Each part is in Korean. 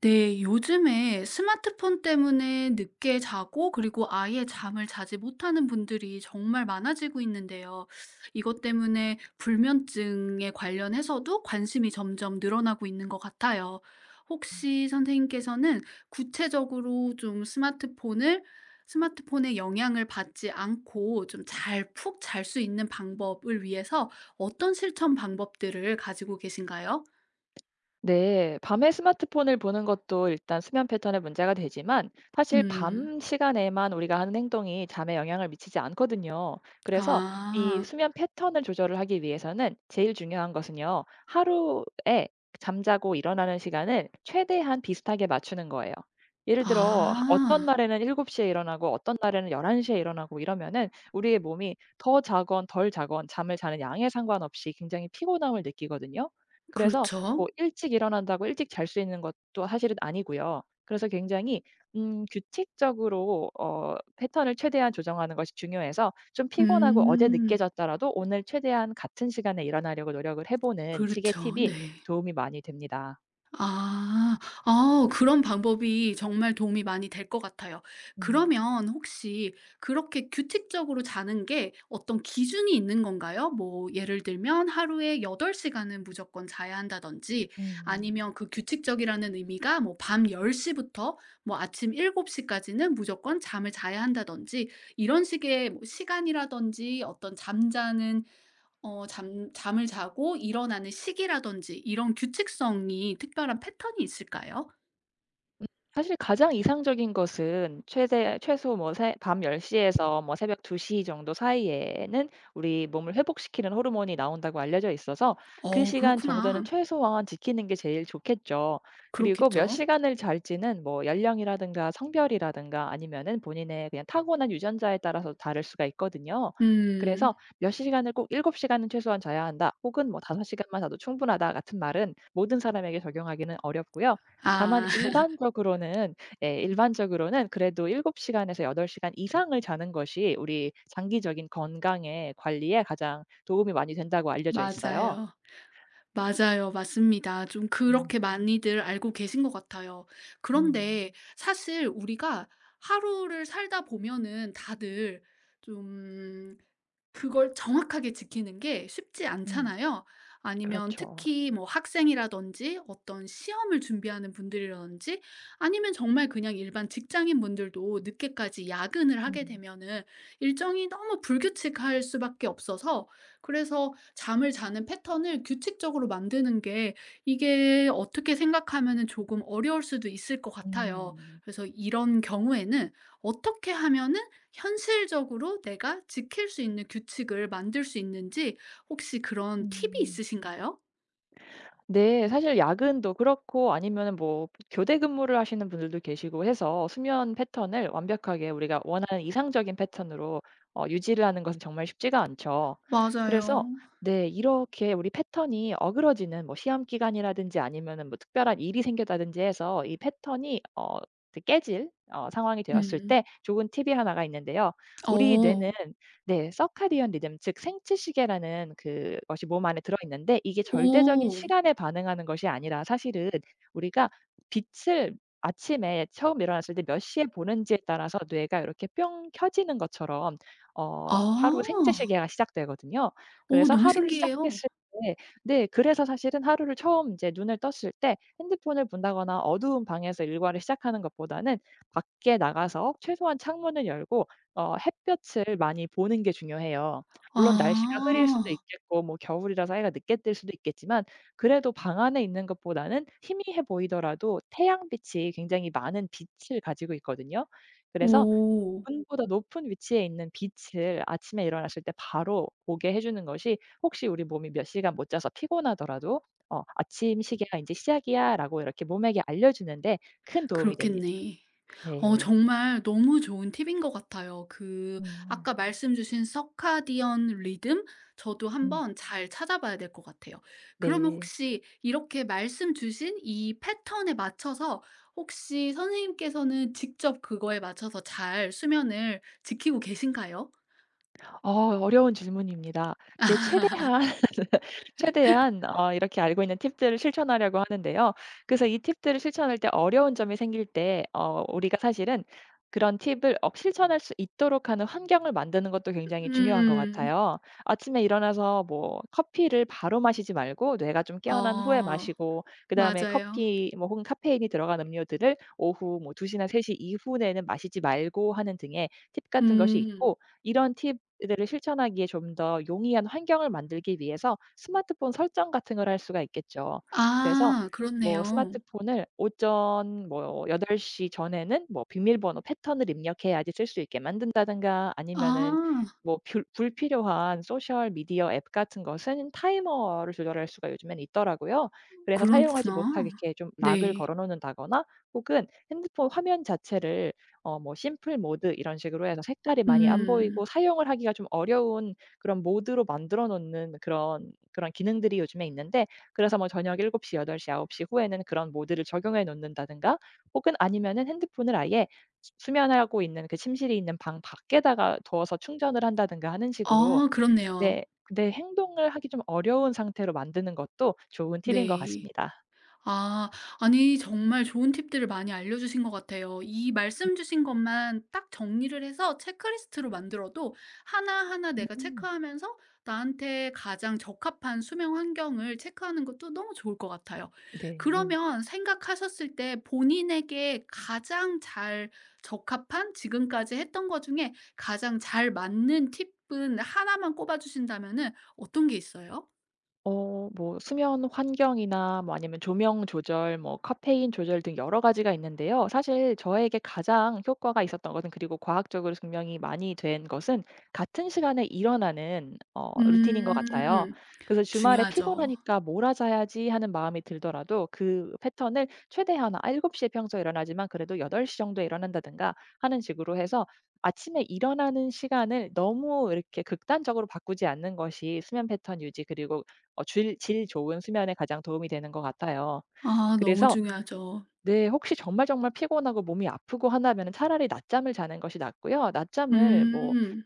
네, 요즘에 스마트폰 때문에 늦게 자고 그리고 아예 잠을 자지 못하는 분들이 정말 많아지고 있는데요. 이것 때문에 불면증에 관련해서도 관심이 점점 늘어나고 있는 것 같아요. 음. 혹시 선생님께서는 구체적으로 좀 스마트폰을 스마트폰의 영향을 받지 않고 좀 잘 푹 잘 수 있는 방법을 위해서 어떤 실천 방법들을 가지고 계신가요? 네, 밤에 스마트폰을 보는 것도 일단 수면 패턴에 문제가 되지만 사실 음. 밤 시간에만 우리가 하는 행동이 잠에 영향을 미치지 않거든요. 그래서 이 아. 수면 패턴을 조절을 하기 위해서는 제일 중요한 것은요. 하루에 잠자고 일어나는 시간을 최대한 비슷하게 맞추는 거예요. 예를 들어 어떤 아. 날에는 7시에 일어나고 어떤 날에는 11시에 일어나고 이러면은 우리의 몸이 더 자건 덜 자건 잠을 자는 양에 상관없이 굉장히 피곤함을 느끼거든요. 그래서 그렇죠. 뭐 일찍 일어난다고 일찍 잘 수 있는 것도 사실은 아니고요. 그래서 굉장히 규칙적으로 패턴을 최대한 조정하는 것이 중요해서 좀 피곤하고 어제 늦게 음. 잤더라도 오늘 최대한 같은 시간에 일어나려고 노력을 해 보는 시계 그렇죠. 팁이 네. 도움이 많이 됩니다. 아. 아, 그런 방법이 정말 도움이 많이 될 것 같아요. 음. 그러면 혹시 그렇게 규칙적으로 자는 게 어떤 기준이 있는 건가요? 뭐 예를 들면 하루에 8 시간은 무조건 자야 한다든지, 음. 아니면 그 규칙적이라는 의미가 뭐 밤 10 시부터 뭐 아침 7 시까지는 무조건 잠을 자야 한다든지, 이런 식의 뭐 시간이라든지 어떤 잠자는, 어 잠 잠을 자고 일어나는 시기라든지 이런 규칙성이 특별한 패턴이 있을까요? 음 사실 가장 이상적인 것은 최대 최소 뭐 새 밤 10 에서 뭐 새벽 2시 정도 사이에는 우리 몸을 회복시키는 호르몬이 나온다고 알려져 있어서 그 어, 시간 그렇구나. 정도는 최소한 지키는 게 제일 좋겠죠. 그리고 몇 그렇겠죠. 시간을 잘지는 뭐 연령이라든가 성별이라든가 아니면은 본인의 그냥 타고난 유전자에 따라서 다를 수가 있거든요. 음. 그래서 "몇 시간을 꼭 7 시간은 최소한 자야 한다." 혹은 뭐 "5 시간만 자도 충분하다." 같은 말은 모든 사람에게 적용하기는 어렵고요. 다만 아 일반적으로는 예 일반적으로는 그래도 7 시간에서 8 시간 이상을 자는 것이 우리 장기적인 건강에 관리에 가장 도움이 많이 된다고 알려져 있어요. 맞아요. 맞아요, 맞습니다. 좀 음. 그렇게 많이들 알고 계신 것 같아요. 음. 그런데 사실 우리가 하루를 살다 보면은 다들 좀 그걸 정확하게 지키는 게 쉽지 음. 않잖아요. 아니면 그렇죠. 특히 뭐 학생이라든지 어떤 시험을 준비하는 분들이라든지, 아니면 정말 그냥 일반 직장인 분들도 늦게까지 야근을 하게 음. 되면은 일정이 너무 불규칙할 수밖에 없어서, 그래서 잠을 자는 패턴을 규칙적으로 만드는 게, 이게 어떻게 생각하면은 조금 어려울 수도 있을 것 같아요. 음. 그래서 이런 경우에는 어떻게 하면은 현실적으로 내가 지킬 수 있는 규칙을 만들 수 있는지, 혹시 그런 팁이 음. 있으신가요? 네. 사실 야근도 그렇고 아니면 뭐 교대 근무를 하시는 분들도 계시고 해서 수면 패턴을 완벽하게 우리가 원하는 이상적인 패턴으로 유지를 하는 것은 정말 쉽지가 않죠. 그래서 맞아요. 네 이렇게 우리 패턴이 어그러지는 뭐 시험 기간이라든지 아니면은 뭐 특별한 일이 생겼다든지 해서 이 패턴이 깨질 상황이 되었을 음. 때 좋은 팁이 하나가 있는데요. 우리 뇌는 어. 네. 서카디언 리듬 즉 생체 시계라는 그것이 몸 안에 들어 있는데 이게 절대적인 오. 시간에 반응하는 것이 아니라 사실은 우리가 빛을 아침에 처음 일어났을 때 몇 시에 보는지에 따라서 뇌가 이렇게 뿅 켜지는 것처럼 아. 하루 생체 시계가 시작되거든요. 오, 그래서 너무 하루를 신기해요. 시작했을 때 네 그래서 사실은 하루를 처음 이제 눈을 떴을 때 핸드폰을 본다거나 어두운 방에서 일과를 시작하는 것보다는 밖에 나가서 최소한 창문을 열고 햇볕을 많이 보는 게 중요해요. 물론 날씨가 흐릴 수도 아. 있겠고 뭐 겨울이라서 해가 늦게 뜰 수도 있겠지만 그래도 방 안에 있는 것보다는 희미해 보이더라도 태양빛이 굉장히 많은 빛을 가지고 있거든요. 그래서 오. 문보다 높은 위치에 있는 빛을 아침에 일어났을 때 바로 보게 해 주는 것이 혹시 우리 몸이 몇 시간 못 자서 피곤하더라도 "아침 시계가 인제 시작이야."라고 이렇게 몸에게 알려 주는 데 큰 도움이 됩니다. 그렇겠네. 어, 네. 정말 너무 좋은 팁인 것 같아요. 그, 음. 아까 말씀 주신 서카디언 리듬, 저도 음. 한번 잘 찾아봐야 될 것 같아요. 그러면 네. 혹시 이렇게 말씀 주신 이 패턴에 맞춰서, 혹시 선생님께서는 직접 그거에 맞춰서 잘 수면을 지키고 계신가요? 어 어려운 질문입니다. 근데 최대한 최대한 이렇게 알고 있는 팁들을 실천하려고 하는데요. 그래서 이 팁들을 실천할 때 어려운 점이 생길 때 우리가 사실은 그런 팁을 실천할 수 있도록 하는 환경을 만드는 것도 굉장히 중요한 것 음. 같아요. 아침에 일어나서 뭐 커피를 바로 마시지 말고 뇌가 좀 깨어난 후에 어, 마시고 그다음에 맞아요. 커피 뭐 혹은 카페인이 들어간 음료들을 오후 뭐 2 시나 3시 이후에는 마시지 말고 하는 등의 팁 같은 것이 음. 있고 이런 팁 이들을 실천하기에 좀 더 용이한 환경을 만들기 위해서 스마트폰 설정 같은 걸 할 수가 있겠죠. 그래서 아, 뭐 그렇네요. 스마트폰을 오전 뭐8시 전에는 뭐 비밀번호 패턴을 입력해야지 쓸 수 있게 만든다든가 아니면은 아, 뭐 불 불필요한 소셜 미디어 앱 같은 것은 타이머를 조절할 수가 요즘에는 있더라고요. 그래서 사용하지 못하게 그렇구나. 이렇게 좀 락을 네. 걸어 놓는다거나 혹은 핸드폰 화면 자체를 뭐 심플 모드 이런 식으로 해서 색깔이 많이 안 음. 보이고 사용을 하기가 좀 어려운 그런 모드로 만들어 놓는 그런 기능들이 요즘에 있는데 그래서 뭐 저녁 7 시, 8 시, 9시 후에는 그런 모드를 적용해 놓는다든가 혹은 아니면은 핸드폰을 아예 수 수면하고 있는 그 침실이 있는 방 밖에다가 두어서 충전을 한다든가 하는 식으로 아, 내 그렇네요. 내 행동을 하기 좀 어려운 상태로 만드는 것도 좋은 팁인 것 네. 같습니다. 아, 아니, 정말 좋은 팁들을 많이 알려주신 것 같아요. 이 말씀 주신 것만 딱 정리를 해서 체크리스트로 만들어도, 하나하나 내가 음 체크하면서 나한테 가장 적합한 수면 환경을 체크하는 것도 너무 좋을 것 같아요. 네. 그러면 생각하셨을 때 본인에게 가장 잘 적합한, 지금까지 했던 것 중에 가장 잘 맞는 팁은 하나만 꼽아 주신다면은 어떤 게 있어요? 뭐 수면 환경이나 뭐 아니면 조명 조절 뭐 카페인 조절 등 여러 가지가 있는데요. 사실 저에게 가장 효과가 있었던 것은 그리고 과학적으로 증명이 많이 된 것은 같은 시간에 일어나는 루틴인 것 같아요. 음. 그래서 주말에 중요하죠. '피곤하니까 몰아자야지.' 하는 마음이 들더라도 그 패턴을 최대한 일7시에 평소에 일어나지만 그래도 8시 정도에 일어난다든가.' 하는 식으로 해서 아침에 일어나는 시간을 너무 이렇게 극단적으로 바꾸지 않는 것이 수면 패턴 유지 그리고 질 좋은 수면에 가장 도움이 되는 것 같아요. 네. 아, 너무 그래서 중요하죠. 네. 혹시 정말 정말 피곤하고 몸이 아프고 하다면 차라리 낮잠을 자는 것이 낫고요. 낮잠을 뭐 음.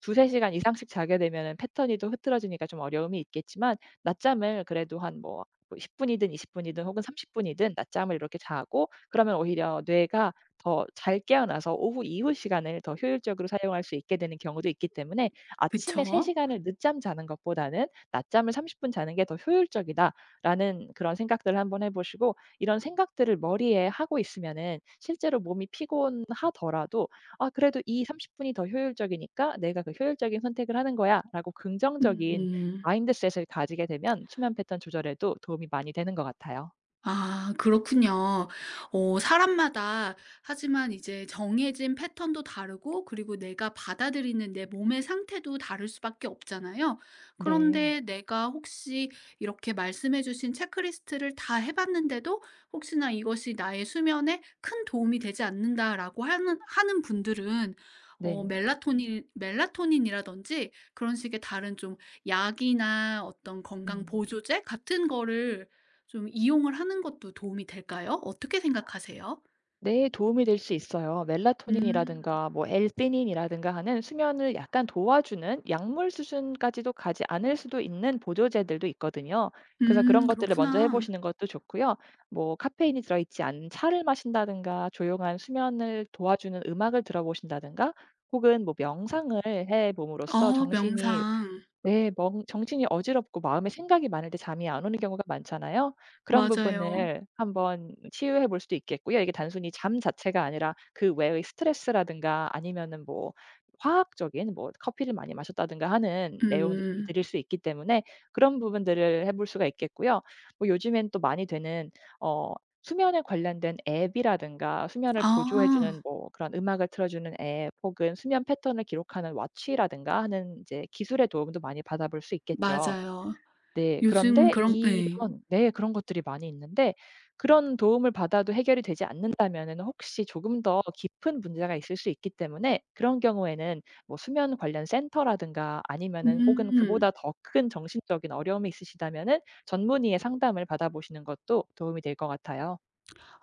두2-3 시간 이상씩 자게 되면 패턴이 또 흐트러지니까 좀 어려움이 있겠지만 낮잠을 그래도 한 뭐 뭐 십10 분이든 20 분이든 혹은 30 분이든 낮잠을 이렇게 자고 그러면 오히려 뇌가 더 잘 깨어나서 오후 이후 시간을 더 효율적으로 사용할 수 있게 되는 경우도 있기 때문에 '아침에 3 그쵸. 시간을 늦잠 자는 것보다는 낮잠을 30분 자는 게 더 효율적이다.'라는 그런 생각들을 한번 해 보시고 이런 생각들을 머리에 하고 있으면은 실제로 몸이 피곤하더라도 '아 그래도 이 30 분이 더 효율적이니까 내가 그 효율적인 선택을 하는 거야.'라고 긍정적인 음. 마인드셋을 가지게 되면 수면 패턴 조절에도 도움이 많이 되는 것 같아요. 아, 그렇군요. 어, 사람마다, 하지만 이제 정해진 패턴도 다르고, 그리고 내가 받아들이는 내 몸의 상태도 다를 수밖에 없잖아요. 네. 그런데 내가 혹시 이렇게 말씀해 주신 체크리스트를 다 해 봤는데도, 혹시나 '이것이 나의 수면에 큰 도움이 되지 않는다.'라고 하는 분들은 어, 네. 멜라토닌이라든지 그런 식의 다른 좀 약이나 어떤 건강 음. 보조제 같은 거를 좀 이용을 하는 것도 도움이 될까요? 어떻게 생각하세요? 네, 도움이 될 수 있어요. 음. 멜라토닌이라든가 뭐 엘피닌이라든가 하는 수면을 약간 도와주는 약물 수준까지도 가지 않을 수도 있는 보조제들도 있거든요. 그래서 그런 음, 것들을 먼저 그렇구나. 해보시는 것도 좋고요. 뭐 카페인이 들어있지 않은 차를 마신다든가 조용한 수면을 도와주는 음악을 들어보신다든가 혹은 뭐 명상을 해봄으로써 아, 정신이 명상. 네. 멍 정신이 어지럽고 마음에 생각이 많을 때 잠이 안 오는 경우가 많잖아요. 그런 맞아요. 부분을 한번 치유해 볼 수도 있겠고요. 이게 단순히 잠 자체가 아니라 그 외의 스트레스라든가 아니면은 뭐 화학적인 뭐 커피를 많이 마셨다든가 하는 내용을드 음. 들일 수 있기 때문에 그런 부분들을 해볼 수가 있겠고요. 뭐 요즘엔 또 많이 되는 어 수면에 관련된 앱이라든가 수면을 보조해 주는 아, 뭐 그런 음악을 틀어 주는 앱 혹은 수면 패턴을 기록하는 워치라든가 하는 이제 기술의 도움도 많이 받아볼 수 있겠죠. 맞아요. 네. 요즘 그런데 그런, 예. 이런 네 그런 것들이 많이 있는데 그런 도움을 받아도 해결이 되지 않는다면은 혹시 조금 더 깊은 문제가 있을 수 있기 때문에 그런 경우에는 뭐 수면 관련 센터라든가 아니면은 혹은 음. 그보다 더 큰 정신적인 어려움이 있으시다면은 전문의의 상담을 받아보시는 것도 도움이 될 것 같아요.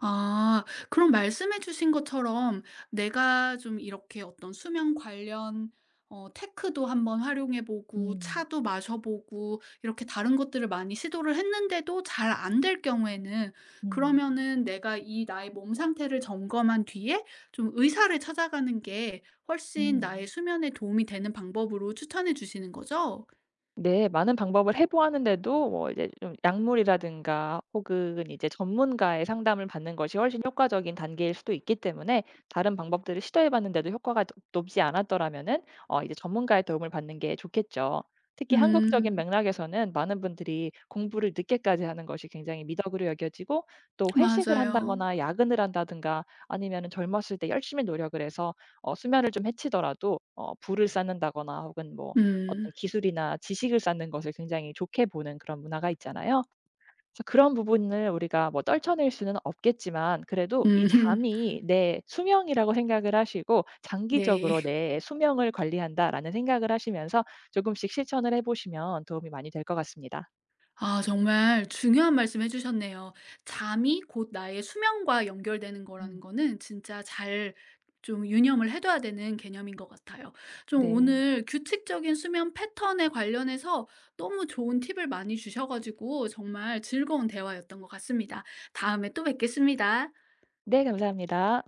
아. 그럼 말씀해 주신 것처럼 내가 좀 이렇게 어떤 수면 관련, 어, 테크도 한번 활용해 보고, 음. 차도 마셔 보고, 이렇게 다른 것들을 많이 시도를 했는데도 잘 안 될 경우에는, 음. 그러면은 내가 이 나의 몸 상태를 점검한 뒤에 좀 의사를 찾아가는 게 훨씬 음. 나의 수면에 도움이 되는 방법으로 추천해 주시는 거죠? 네. 많은 방법을 해 보았는데도 뭐 이제 좀 약물이라든가 혹은 이제 전문가의 상담을 받는 것이 훨씬 효과적인 단계일 수도 있기 때문에 다른 방법들을 시도해 봤는데도 효과가 높 높지 않았더라면은 이제 전문가의 도움을 받는 게 좋겠죠. 특히 한국적인 음. 맥락에서는 많은 분들이 공부를 늦게까지 하는 것이 굉장히 미덕으로 여겨지고 또 회식을 맞아요. 한다거나 야근을 한다든가 아니면은 젊었을 때 열심히 노력을 해서 수면을 좀 해치더라도 부를 쌓는다거나 혹은 뭐 음. 어떤 기술이나 지식을 쌓는 것을 굉장히 좋게 보는 그런 문화가 있잖아요. 그래서 그런 부분을 우리가 뭐 떨쳐낼 수는 없겠지만 그래도 이 음. 잠이 내 수명이라고 생각을 하시고 네. '장기적으로 내 수명을 관리한다.'라는 생각을 하시면서 조금씩 실천을 해 보시면 도움이 많이 될 것 같습니다. 아, 정말 중요한 말씀 해 주셨네요. 잠이 곧 나의 수면과 연결되는 거라는 음. 거는 진짜 잘 좀 유념을 해 둬야 되는 개념인 것 같아요. 좀 네. 오늘 규칙적인 수면 패턴에 관련해서 너무 좋은 팁을 많이 주셔 가지고 정말 즐거운 대화였던 것 같습니다. 다음에 또 뵙겠습니다. 네 감사합니다.